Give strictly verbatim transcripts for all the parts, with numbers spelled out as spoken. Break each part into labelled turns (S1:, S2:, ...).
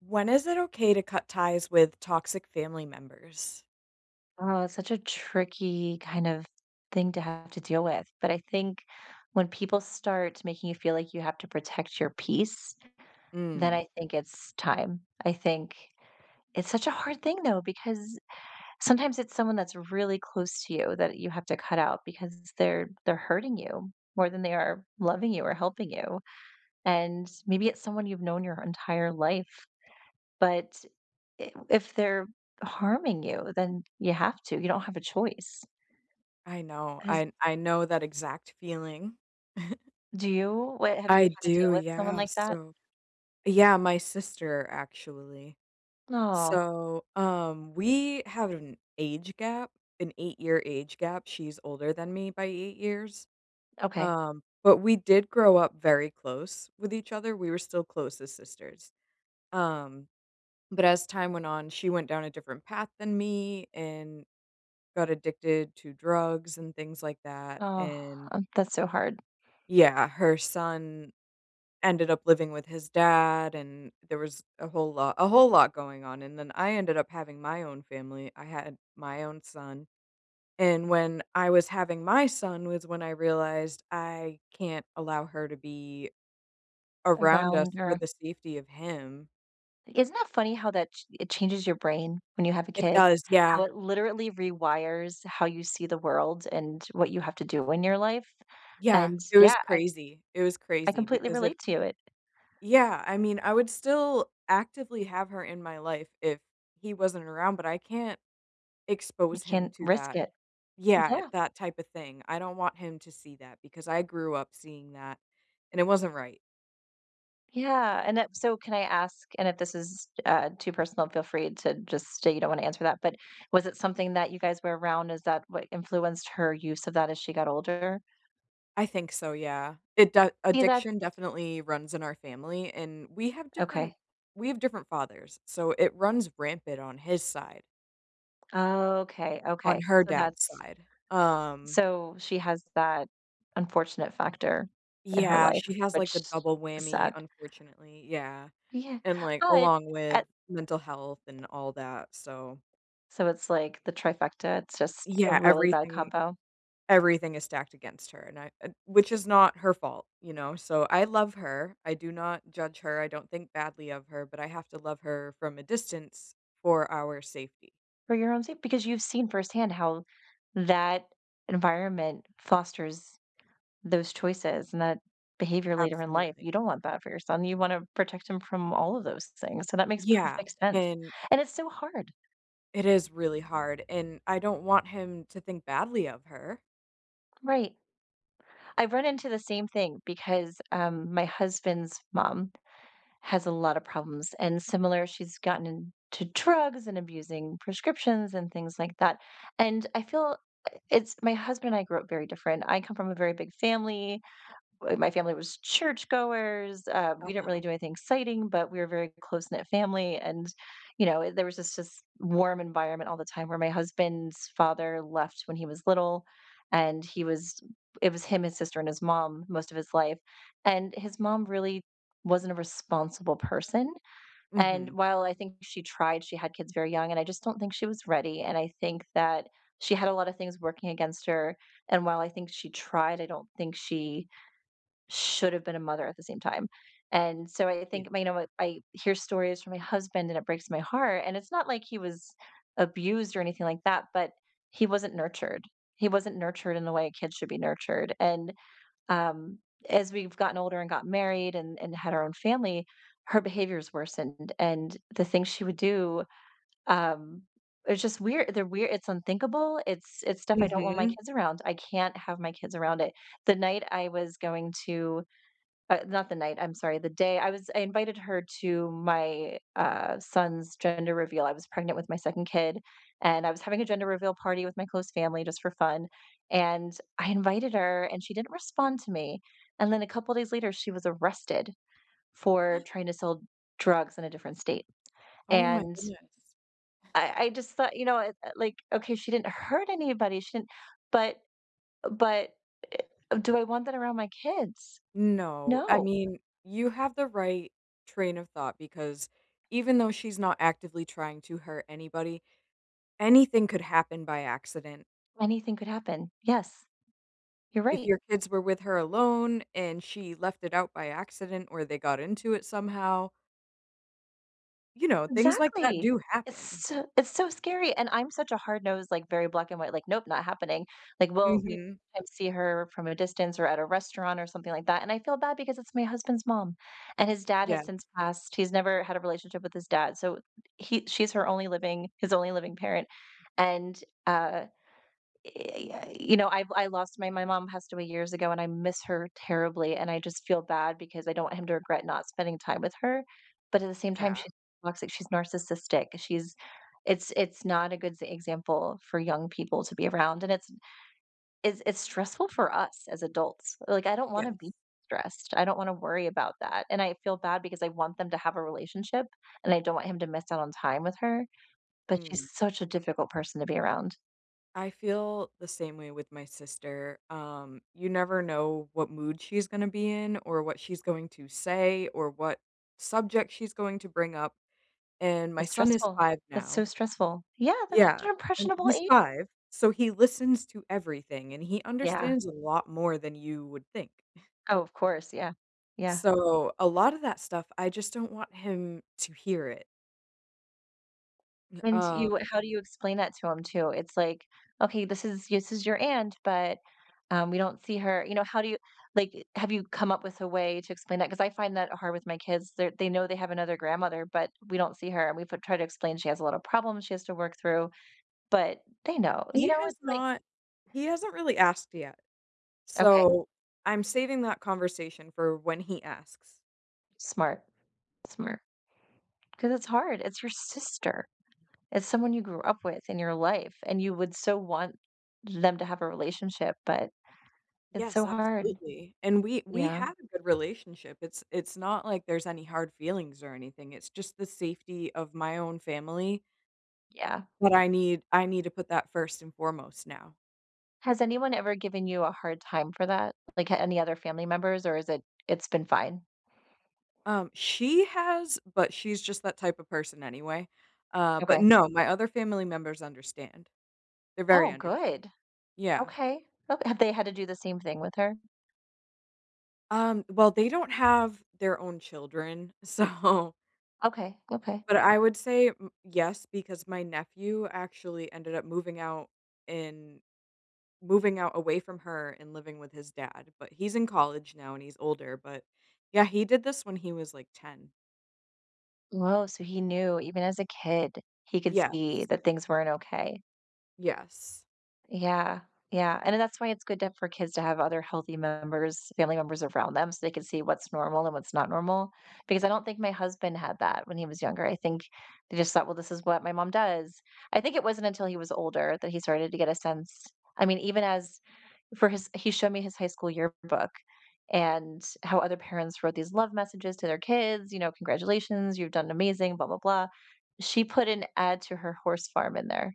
S1: When is it okay to cut ties with toxic family members?
S2: Oh, it's such a tricky kind of thing to have to deal with. But I think when people start making you feel like you have to protect your peace, then
S1: Mm.
S2: I think it's time. I think it's such a hard thing though, because sometimes it's someone that's really close to you that you have to cut out because they're they're hurting you more than they are loving you or helping you. And maybe it's someone you've known your entire life, but i- if they're harming you, then you have to. You don't have a choice.
S1: I know.
S2: Has
S1: I I know that exact feeling.
S2: Do you? What have
S1: I
S2: you had to deal
S1: do,
S2: with someone
S1: yeah,
S2: like that?
S1: so Yeah, my sister actually.
S2: Oh,
S1: So, um, we have an age gap, an eight-year age gap. She's older than me by eight years.
S2: okay.
S1: Um, but we did grow up very close with each other. We were still close as sisters. Um, but as time went on, she went down a different path than me and got addicted to drugs and things like that.
S2: Oh,
S1: And
S2: um, that's so hard.
S1: yeah, her son ended up living with his dad, and there was a whole lot a whole lot going on, and then I ended up having my own family. I had my own son, and when I was having my son was when I realized I can't allow her to be around us
S2: Around
S1: for
S2: or
S1: the safety of him.
S2: like, isn't that funny how that ch- it changes your brain when you have a
S1: It
S2: kid?
S1: does,
S2: How
S1: yeah,
S2: it literally rewires how you see the world and what you have to do in your life.
S1: yeah,
S2: And
S1: it was
S2: yeah, I
S1: crazy, it was
S2: I
S1: crazy
S2: completely
S1: because if
S2: relate to you. It
S1: yeah, I mean, I would still actively have her in my life if he wasn't around, but I can't
S2: you
S1: expose him
S2: can't
S1: to
S2: risk
S1: that.
S2: it.
S1: Yeah,
S2: Yeah.
S1: that type of thing. I don't want him to see that because I grew up seeing that, and it wasn't right.
S2: Yeah, and that so can I ask and if this is, uh, too personal, feel free to just say you don't wanna answer that, but was it something that you guys were around? Is that what influenced her use of that as she got older?
S1: I think so, yeah. It do-
S2: See, that's
S1: addiction definitely runs in our family and we have different
S2: okay.
S1: we have different fathers. So it runs rampant on his side,
S2: Okay,
S1: on
S2: okay.
S1: her
S2: So
S1: dad's
S2: that's
S1: side. Um
S2: so she has that unfortunate factor in her
S1: yeah,
S2: life,
S1: she has
S2: which
S1: like the double
S2: is
S1: whammy,
S2: sad.
S1: unfortunately. Yeah.
S2: Yeah,
S1: And, like,
S2: but
S1: along with
S2: at
S1: mental health and all that, so
S2: so it's like the trifecta, it's just a
S1: yeah,
S2: really bad
S1: everything
S2: combo.
S1: everything is stacked against her, and I and which is not her fault, you know, so I love her, I do not judge her, I don't think badly of her, but I have to love her from a distance for our safety.
S2: For your own sake, because you've seen firsthand how that environment fosters those choices and that behavior later in life.
S1: Absolutely.
S2: You don't want that for your son. You wanna protect him from all of those things, so that makes
S1: Yeah,
S2: perfect sense.
S1: and
S2: And it's so hard.
S1: it is really hard, and I don't want him to think badly of her.
S2: Right. I've run into the same thing because, um, my husband's mom has a lot of problems, and similar, she's
S1: Uh,
S2: gotten into drugs and abusing prescriptions and things like that. And I feel it's my husband and I grew up very different. I come from a very big family, uh, my family was churchgoers. Uh, we didn't
S1: uh-huh.
S2: really do anything exciting, but we were a very close knit family. And, you know, it- there was just this warm environment all the time where my husband's father left when he was little. And he was, it was him, his sister, and his mom most of his life. And his mom really wasn't a responsible person. And
S1: Mhm.
S2: while I think she tried, she had kids very young, and I just don't think she was ready. And I think that she had a lot of things working against her. And while I think she tried, I don't think she should have been a mother at the same time. And so I
S1: Yeah.
S2: think, you know, I hear stories from my husband and it breaks my heart. And it's not like he was abused or anything like that, but he wasn't nurtured. He wasn't nurtured in the way a kid should be nurtured. And um, as we've gotten older and got married and, and had our own family, her behaviors worsened. And the things she would do, um, it's just weird. They're weird. It's unthinkable. It's it's stuff I don't want my
S1: Mhm.
S2: kids around. I can't have my kids around it. The night I was going to uh, not the night, I'm sorry, the day. I was I invited her to my, uh, son's gender reveal. I was pregnant with my second kid, and I was having a gender reveal party with my close family just for fun, and I invited her, and she didn't respond to me, and then a couple days later, she was arrested for trying to sell drugs in a different state,
S1: Oh my
S2: and
S1: goodness.
S2: I I just thought, you know, it like, okay, she didn't hurt anybody, she didn't but but, eh, do I want that around my kids?
S1: No, I
S2: No.
S1: mean, you have the right train of thought because even though she's not actively trying to hurt anybody, anything could happen by accident.
S2: Anything could happen. Yes. You're
S1: If
S2: right.
S1: your kids were with her alone and she left it out by accident or they got into it somehow, you know, things like that
S2: Exactly.
S1: do happen.
S2: It's so it's so scary, and I'm such a hard-nosed, like, very black and white, like, "Nope, not happening." Like, well, we
S1: Mhm.
S2: sometimes see her from a distance or at a restaurant or something like that, and I feel bad because it's my husband's mom, and his dad
S1: Yeah.
S2: has since passed. He's never had a relationship with his dad, so he she's her only living his only living parent, and, uh eh, you know, I've I lost my my mom passed away years ago, and I miss her terribly, and I just feel bad because I don't want him to regret not spending time with her, but at the same time,
S1: Yeah.
S2: she's toxic, she's narcissistic, she's it's it's not a good s example for young people to be around, and it's it's it's stressful for us as adults, like, I don't wanna
S1: Yes.
S2: be stressed, I don't wanna worry about that, and I feel bad because I want them to have a relationship, and I don't want him to miss out on time with her, but she's
S1: Mm.
S2: such a difficult person to be around.
S1: I feel the same way with my sister. Um, you never know what mood she's going to be in or what she's going to say or what subject she's going to bring up. And my
S2: It's
S1: son is
S2: stressful.
S1: five
S2: That's so
S1: now.
S2: stressful. Yeah, that's such
S1: Yeah.
S2: an
S1: And
S2: impressionable
S1: he's
S2: age.
S1: five. So he listens to everything and he
S2: Yeah.
S1: understands a lot more than you would think.
S2: Oh, of course, yeah. Yeah.
S1: So a lot of that stuff, I just don't want him to hear it.
S2: And
S1: Um,
S2: you how do you explain that to him too? It's like, "Okay, this is this is your aunt, but, um, we don't see her," you know, how do you like, have you come up with a way to explain that? Because I find that hard with my kids. they they know they have another grandmother, but we don't see her, and we've tried to explain she has a lot of problems she has to work through, but they know, you
S1: he
S2: know,
S1: has
S2: it's like
S1: not, he hasn't really asked yet.
S2: okay,
S1: So, I'm saving that conversation for when he asks.
S2: smart, smart, because it's hard, it's your sister. It's someone you grew up with in your life, and you would so want them to have a relationship, but it's so
S1: Yes,
S2: hard.
S1: absolutely. And we we
S2: Yeah,
S1: have a good relationship. It's it's not like there's any hard feelings or anything. It's just the safety of my own family
S2: yeah.
S1: that I need I need to put that first and foremost now.
S2: Has anyone ever given you a hard time for that? Like, a any other family members, or is it it's been fine?
S1: Um, she has, but she's just that type of person anyway. Uh, but
S2: Okay.
S1: no, my other family members understand. They're very
S2: Oh,
S1: understanding.
S2: good.
S1: Yeah.
S2: Okay. Ok have they had to do the same thing with her?
S1: Um, well, they don't have their own children, so
S2: Okay, okay.
S1: but I would say m yes, because my nephew actually ended up moving out in moving out away from her and living with his dad, but he's in college now and he's older, but yeah, he did this when he was, like, ten.
S2: Whoa, so he knew even as a kid, he could see
S1: Yes.
S2: that things weren't okay.
S1: Yes.
S2: Yeah, yeah, and that's why it's good to for kids to have other healthy members, family members around them, so they can see what's normal and what's not normal, because I don't think my husband had that when he was younger. I think they just thought, "Well, this is what my mom does." I think it wasn't until he was older that he started to get a sense I mean, even as for his he showed me his high school yearbook and how other parents wrote these love messages to their kids, you know, "Congratulations, you've done amazing, blah, blah, blah." She put an ad to her horse farm in there.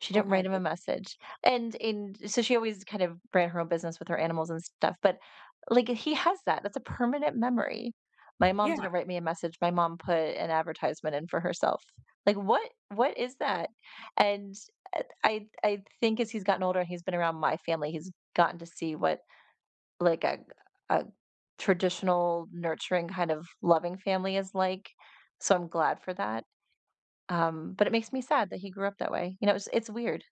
S2: She
S1: Oh
S2: didn't
S1: my
S2: write him a
S1: good.
S2: message, and and so she always kind of ran her own business with her animals and stuff, but, like, he has that, that's a permanent memory. My mom
S1: Yeah.
S2: didn't write me a message, my mom put an advertisement in for herself. Like, what what is that? And, uh, I I think as he's gotten older and he's been around my family, he's gotten to see what, like, a a traditional, nurturing, kind of loving family is like, so I'm glad for that, um, but it makes me sad that he grew up that way, you know, it's it's weird.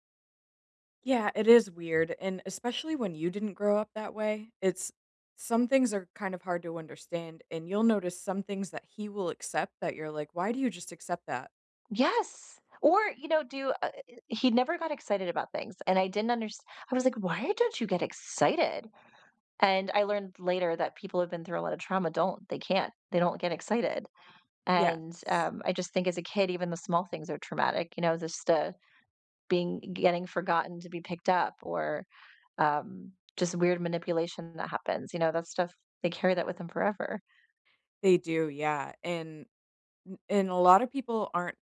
S1: Yeah, it is weird, and especially when you didn't grow up that way, it's some things are kind of hard to understand, and you'll notice some things that he will accept that you're like, "Why do you just accept that?"
S2: Yes. Or, you know, do uh, uh, he never got excited about things, and I didn't understand. I was like, "Why don't you get excited?" And I learned later that people who've been through a lot of trauma don't. They can't. They don't get excited. And,
S1: Yes.
S2: um, I just think as a kid, even the small things are traumatic, you know, just, uh, being getting forgotten to be picked up or, um, just weird manipulation that happens, you know, that stuff, they carry that with them forever.
S1: They do, yeah, and N and a lot of people aren't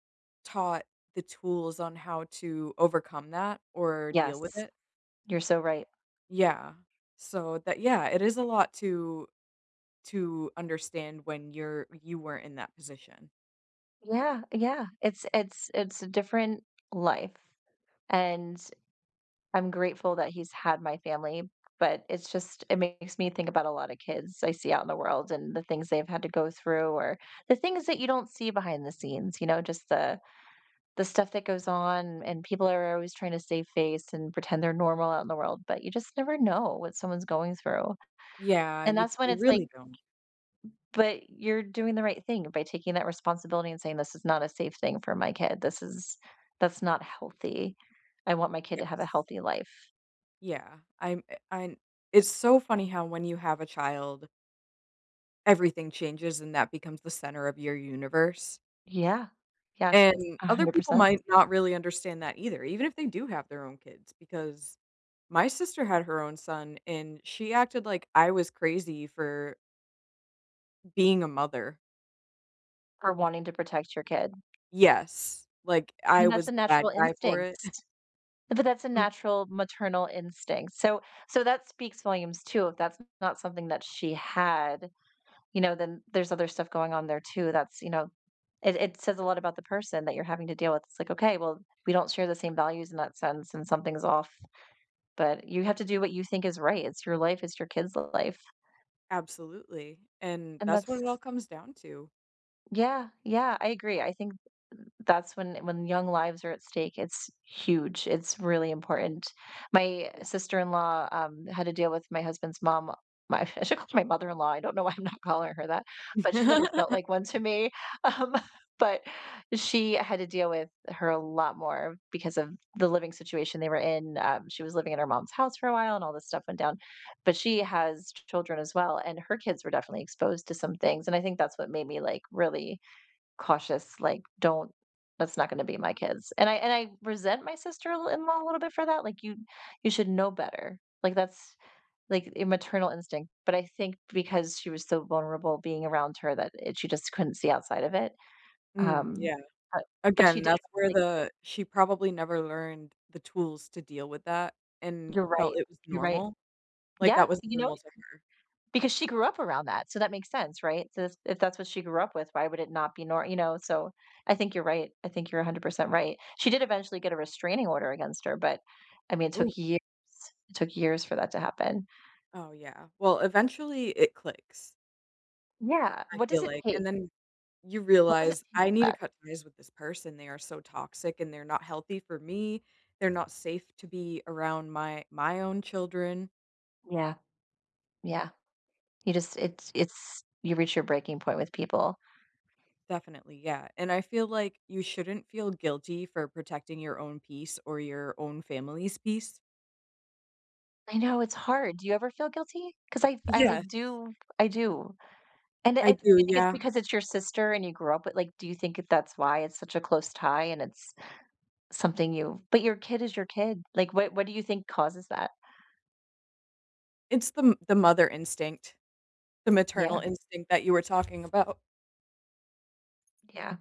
S1: taught the tools on how to overcome that or deal with
S2: Yes,
S1: it.
S2: you're so right.
S1: Yeah. So that Yeah, it is a lot to to understand when you're you weren't in that position.
S2: Yeah, yeah. It's it's it's a different life. And I'm grateful that he's had my family, but it's just it makes me think about a lot of kids I see out in the world and the things they've had to go through or the things that you don't see behind the scenes, you know, just the the stuff that goes on and people are always trying to save face and pretend they're normal out in the world, but you just never know what someone's going through.
S1: Yeah,
S2: And
S1: you d
S2: that's when
S1: you
S2: it's like,
S1: really don't.
S2: but you're doing the right thing by taking that responsibility and saying this is not a safe thing for my kid. This is that's not healthy. I want my kid to have a
S1: Yes.
S2: healthy life.
S1: Yeah. I'm I It's so funny how when you have a child, everything changes and that becomes the center of your universe.
S2: Yeah. Yes,
S1: And other people
S2: one hundred percent
S1: might not really understand that either, even if they do have their own kids because my sister had her own son, and she acted like I was crazy for being a mother.
S2: for wanting to protect your kid,
S1: Yes, like I
S2: and that's
S1: was
S2: a
S1: the bad
S2: natural
S1: guy for it.
S2: instinct, but that's a natural maternal instinct, so so that speaks volumes too. If that's not something that she had, you know, then there's other stuff going on there too that's, you know, it it says a lot about the person that you're having to deal with. It's like, "Okay, well, we don't share the same values in that sense, and something's off," but you have to do what you think is right. It's your life, it's your kid's life,
S1: Absolutely, and
S2: and
S1: that's what
S2: that's
S1: it all comes down to.
S2: yeah, yeah, I agree, I think that's when when young lives are at stake. It's huge, it's really important. My
S1: Yeah.
S2: sister-in-law, um, had to deal with my husband's mom my I should call her my mother-in-law. I don't know why I'm not calling her that, but she's never felt like one to me, um, but she had to deal with her a lot more because of the living situation they were in. Um, she was living at her mom's house for a while and all this stuff went down, but she has children as well, and her kids were definitely exposed to some things, and I think that's what made me, like, really cautious. Like, don't that's not gonna be my kids, and I and I resent my sister-in-law a little bit for that. Like, "You you should know better." Like, that's, like, a maternal instinct, but I think because she was so vulnerable being around her that it she just couldn't see outside of it,
S1: Mm,
S2: um,
S1: yeah.
S2: but but she
S1: Again,
S2: did,
S1: that's where
S2: like,
S1: the she probably never learned the tools to deal with that and
S2: you're
S1: felt
S2: right,
S1: it was
S2: you're right.
S1: normal. Like
S2: Yeah,
S1: that was
S2: you know,
S1: normal to
S2: because she grew up around that, so that makes sense, right? So that's if that's what she grew up with, why would it not be nor you know, so I think you're right. I think you're one hundred percent right. She did eventually get a restraining order against her, but I mean, it
S1: her. Ooh.
S2: took years. It took years for that to happen.
S1: Oh, yeah. Well, eventually it clicks,
S2: Yeah,
S1: I
S2: what
S1: feel
S2: does it
S1: like, and
S2: take?
S1: then you
S2: What does it
S1: realize,
S2: take
S1: "I
S2: for
S1: need to
S2: that?
S1: cut ties with this person, they are so toxic and they're not healthy for me, they're not safe to be around my my own children."
S2: Yeah, yeah. You just it's it's you reach your breaking point with people.
S1: Definitely, yeah, and I feel like you shouldn't feel guilty for protecting your own peace or your own family's peace.
S2: I know it's hard. Do you ever feel guilty? Because I I
S1: Yes,
S2: do, I do. And
S1: I
S2: I do you
S1: do,
S2: think it's
S1: yeah.
S2: because it's your sister and you grew up with, like, do you think that's why it's such a close tie and it's something you but your kid is your kid. Like, what what do you think causes that?
S1: It's the m the mother instinct, the maternal
S2: Yeah,
S1: instinct that you were talking about.
S2: yeah.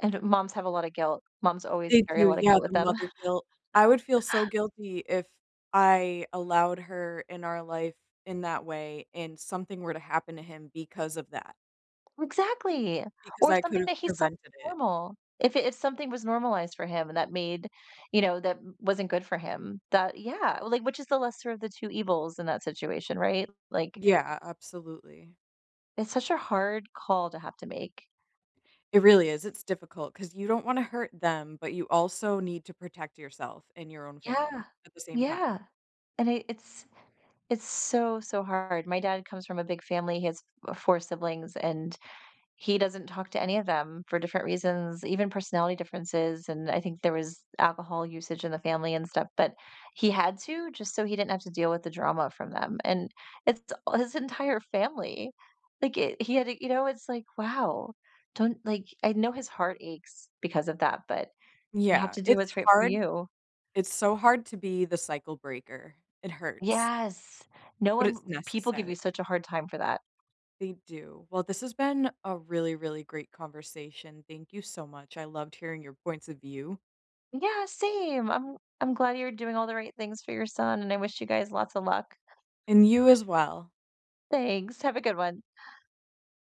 S2: And moms have a lot of guilt. Moms always
S1: They
S2: carry a
S1: do,
S2: lot of
S1: yeah,
S2: guilt
S1: the
S2: with them.
S1: mother guilt. I would feel so guilty if I allowed her in our life in that way and something were to happen to him because of that,
S2: Exactly.
S1: because
S2: Or
S1: I could
S2: something
S1: have
S2: that he saw
S1: prevented it.
S2: normal. If it, if something was normalized for him and that made, you know, that wasn't good for him, that yeah, like, which is the lesser of the two evils in that situation, right? Like,
S1: Yeah, absolutely.
S2: it's such a hard call to have to make.
S1: It really is, it's difficult because you don't wanna hurt them, but you also need to protect yourself and your own family
S2: Yeah,
S1: at the same time.
S2: yeah, and it it's it's so, so hard. My dad comes from a big family, he has f four siblings, and he doesn't talk to any of them for different reasons, even personality differences, and I think there was alcohol usage in the family and stuff, but he had to just so he didn't have to deal with the drama from them, and it's all his entire family. Like, it he had to you know, it's like, wow, don't like, I know his heart aches because of that, but you have
S1: Yeah,
S2: to do
S1: it's
S2: what's right for
S1: hard.
S2: you.
S1: It's so hard to be the cycle breaker. It hurts,
S2: Yes. No
S1: but it's
S2: one people give you
S1: necessary.
S2: such a hard time for that.
S1: They do. Well, this has been a really, really great conversation. Thank you so much. I loved hearing your points of view
S2: Yeah, same. I'm I'm glad you're doing all the right things for your son, and I wish you guys lots of luck.
S1: and you as well.
S2: Thanks. Have a good one.